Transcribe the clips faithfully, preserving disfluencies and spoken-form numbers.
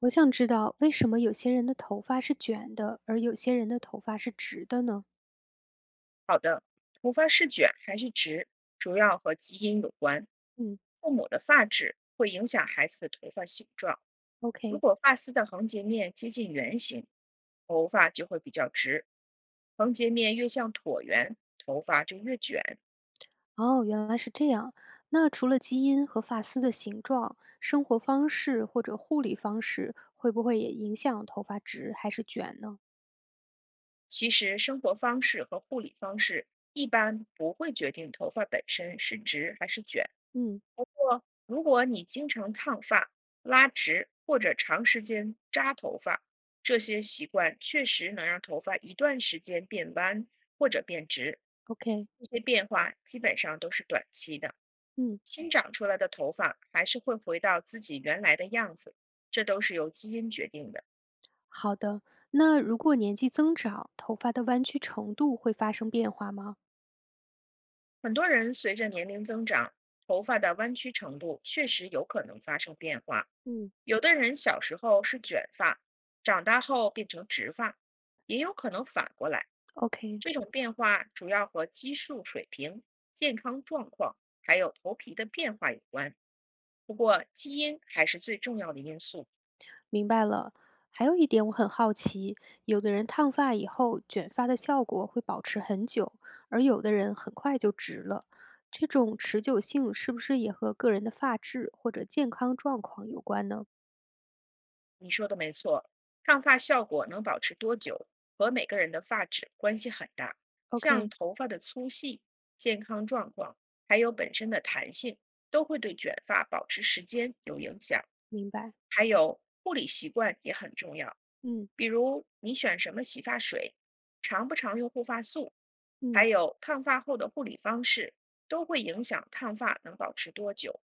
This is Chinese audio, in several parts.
我想知道为什么有些人的头发是卷的，而有些人的头发是直的呢？好的，头发是卷还是直，主要和基因有关。嗯父母的发质会影响孩子的头发形状。如，OK，果发丝的横截面接近圆形，头发就会比较直；横截面越像椭圆，头发就越卷。哦，原来是这样。那除了基因和发丝的形状，生活方式或者护理方式会不会也影响头发直还是卷呢？其实，生活方式和护理方式一般不会决定头发本身是直还是卷。嗯如果你经常烫发、拉直或者长时间扎头发，这些习惯确实能让头发一段时间变弯或者变直。，OK，这些变化基本上都是短期的，嗯，新长出来的头发还是会回到自己原来的样子，这都是由基因决定的。好的，那如果年纪增长，头发的弯曲程度会发生变化吗？很多人随着年龄增长，头发的弯曲程度确实有可能发生变化，嗯，有的人小时候是卷发，长大后变成直发，也有可能反过来。？OK，这种变化主要和激素水平、健康状况还有头皮的变化有关。不过，基因还是最重要的因素。明白了。还有一点我很好奇，有的人烫发以后，卷发的效果会保持很久，而有的人很快就直了。这种持久性是不是也和个人的发质或者健康状况有关呢你说的没错，烫发效果能保持多久和每个人的发质关系很大。像？OK，头发的粗细、健康状况，还有本身的弹性，都会对卷发保持时间有影响。明白。还有护理习惯也很重要，嗯，比如你选什么洗发水，常不常用护发素，还嗯，有烫发后的护理方式，都会影响烫发能保持多久。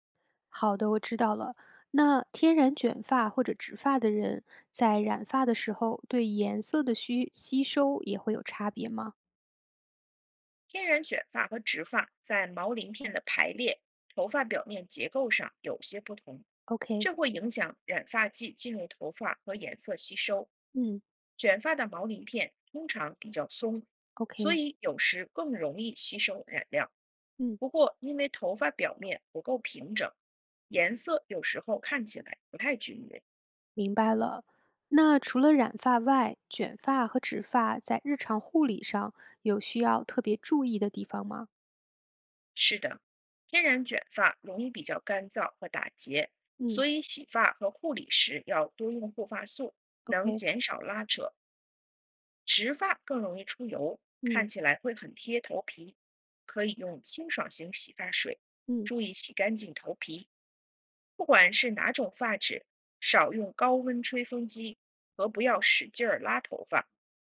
好的，我知道了。那天然卷发或者直发的人，在染发的时候，对颜色的需吸收也会有差别吗天然卷发和直发在毛鳞片的排列、头发表面结构上有些不同，？OK，这会影响染发剂进入头发和颜色吸收。嗯卷发的毛鳞片通常比较松，所，OK，以有时更容易吸收染料。嗯。不过，因为头发表面不够平整，颜色有时候看起来不太均匀。明白了。那除了染发外，卷发和直发在日常护理上有需要特别注意的地方吗？是的，天然卷发容易比较干燥和打结，所嗯以洗发和护理时要多用护发素，能？OK，减少拉扯。直发更容易出油，看嗯，起来会很贴头皮，可以用清爽型洗发水，嗯注意洗干净头皮。不管是哪种发质，少用高温吹风机和不要使劲儿拉头发，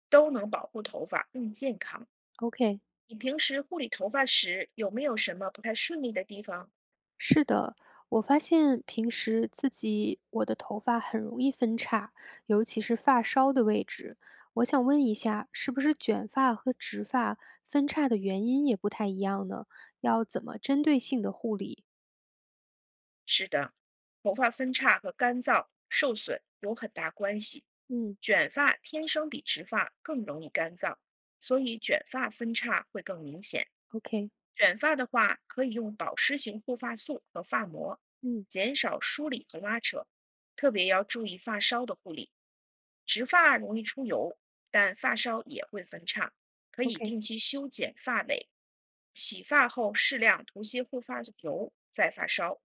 都能保护头发更健康。，OK，你平时护理头发时有没有什么不太顺利的地方？是的，我发现平时自己我的头发很容易分叉，尤其是发梢的位置。我想问一下，是不是卷发和直发分叉的原因也不太一样呢？要怎么针对性的护理？是的，头发分叉和干燥、受损有很大关系。嗯卷发天生比直发更容易干燥，所以卷发分叉会更明显。？OK，OK， 卷发的话，可以用保湿型护发素和发膜，嗯减少梳理和拉扯，特别要注意发梢的护理。直发容易出油，但发梢也会分叉，可以，OK。定期修剪发尾。洗发后适量涂些护发油，再发梢，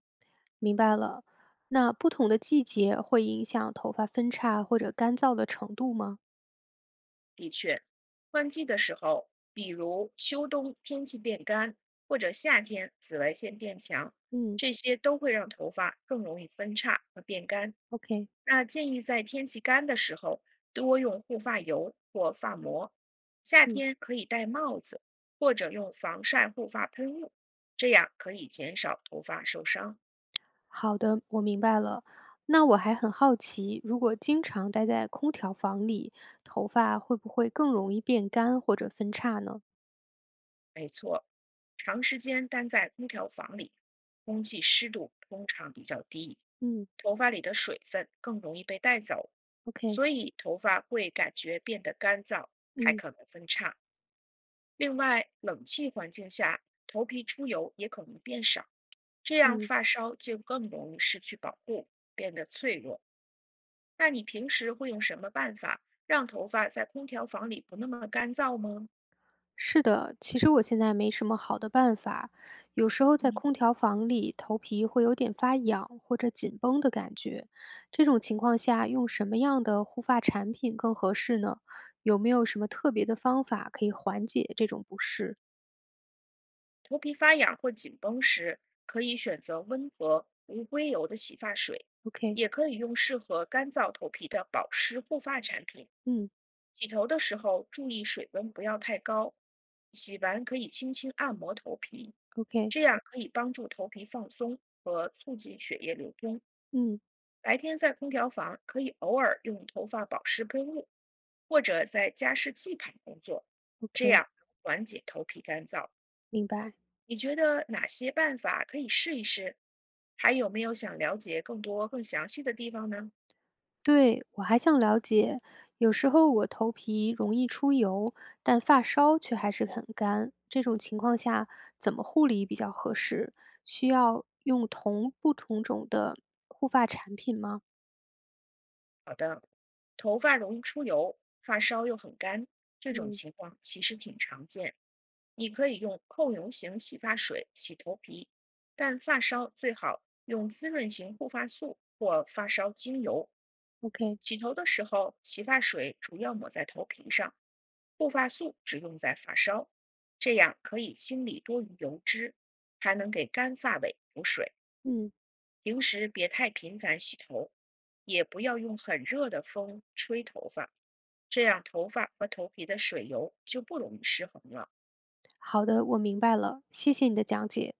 明白了。那不同的季节会影响头发分叉或者干燥的程度吗？的确，换季的时候，比如秋冬天气变干，或者夏天紫外线变强，嗯这些都会让头发更容易分叉和变干。，OK，那建议在天气干的时候多用护发油或发膜，夏嗯。天可以戴帽子或者用防晒护发喷雾，这样可以减少头发受伤。好的，我明白了。那我还很好奇，如果经常待在空调房里，头发会不会更容易变干或者分叉呢？没错，长时间待在空调房里，空气湿度通常比较低，嗯头发里的水分更容易被带走，，OK，所以头发会感觉变得干燥，还嗯，可能分叉。另外，冷气环境下，头皮出油也可能变少，这样嗯。发梢就更容易失去保护，变得脆弱。那你平时会用什么办法让头发在空调房里不那么干燥吗？是的，其实我现在没什么好的办法，有时候在空调房里，头皮会有点发痒或者紧绷的感觉。这种情况下，用什么样的护发产品更合适呢？有没有什么特别的方法可以缓解这种不适头皮发痒或紧绷时，可以选择温和无硅油的洗发水，？OK，也可以用适合干燥头皮的保湿护发产品。嗯洗头的时候注意水温不要太高，洗完可以轻轻按摩头皮，，OK，这样可以帮助头皮放松和促进血液流通。嗯白天在空调房可以偶尔用头发保湿喷雾，或者在加湿器旁工作，这，OK，样能缓解头皮干燥。明白。你觉得哪些办法可以试一试？还有没有想了解更多、更详细的地方呢？对，我还想了解，有时候我头皮容易出油，但发梢却还是很干，这种情况下怎么护理比较合适？需要用同不同种的护发产品吗？好的，头发容易出油，发梢又很干，这种嗯情况其实挺常见。你可以用控油型洗发水洗头皮，但发梢最好用滋润型护发素或发梢精油，OK，洗头的时候，洗发水主要抹在头皮上，护发素只用在发梢，这样可以清理多余油脂，还能给干发尾补水。嗯，平时别太频繁洗头，也不要用很热的风吹头发，这样头发和头皮的水油就不容易失衡了。好的，我明白了，谢谢你的讲解。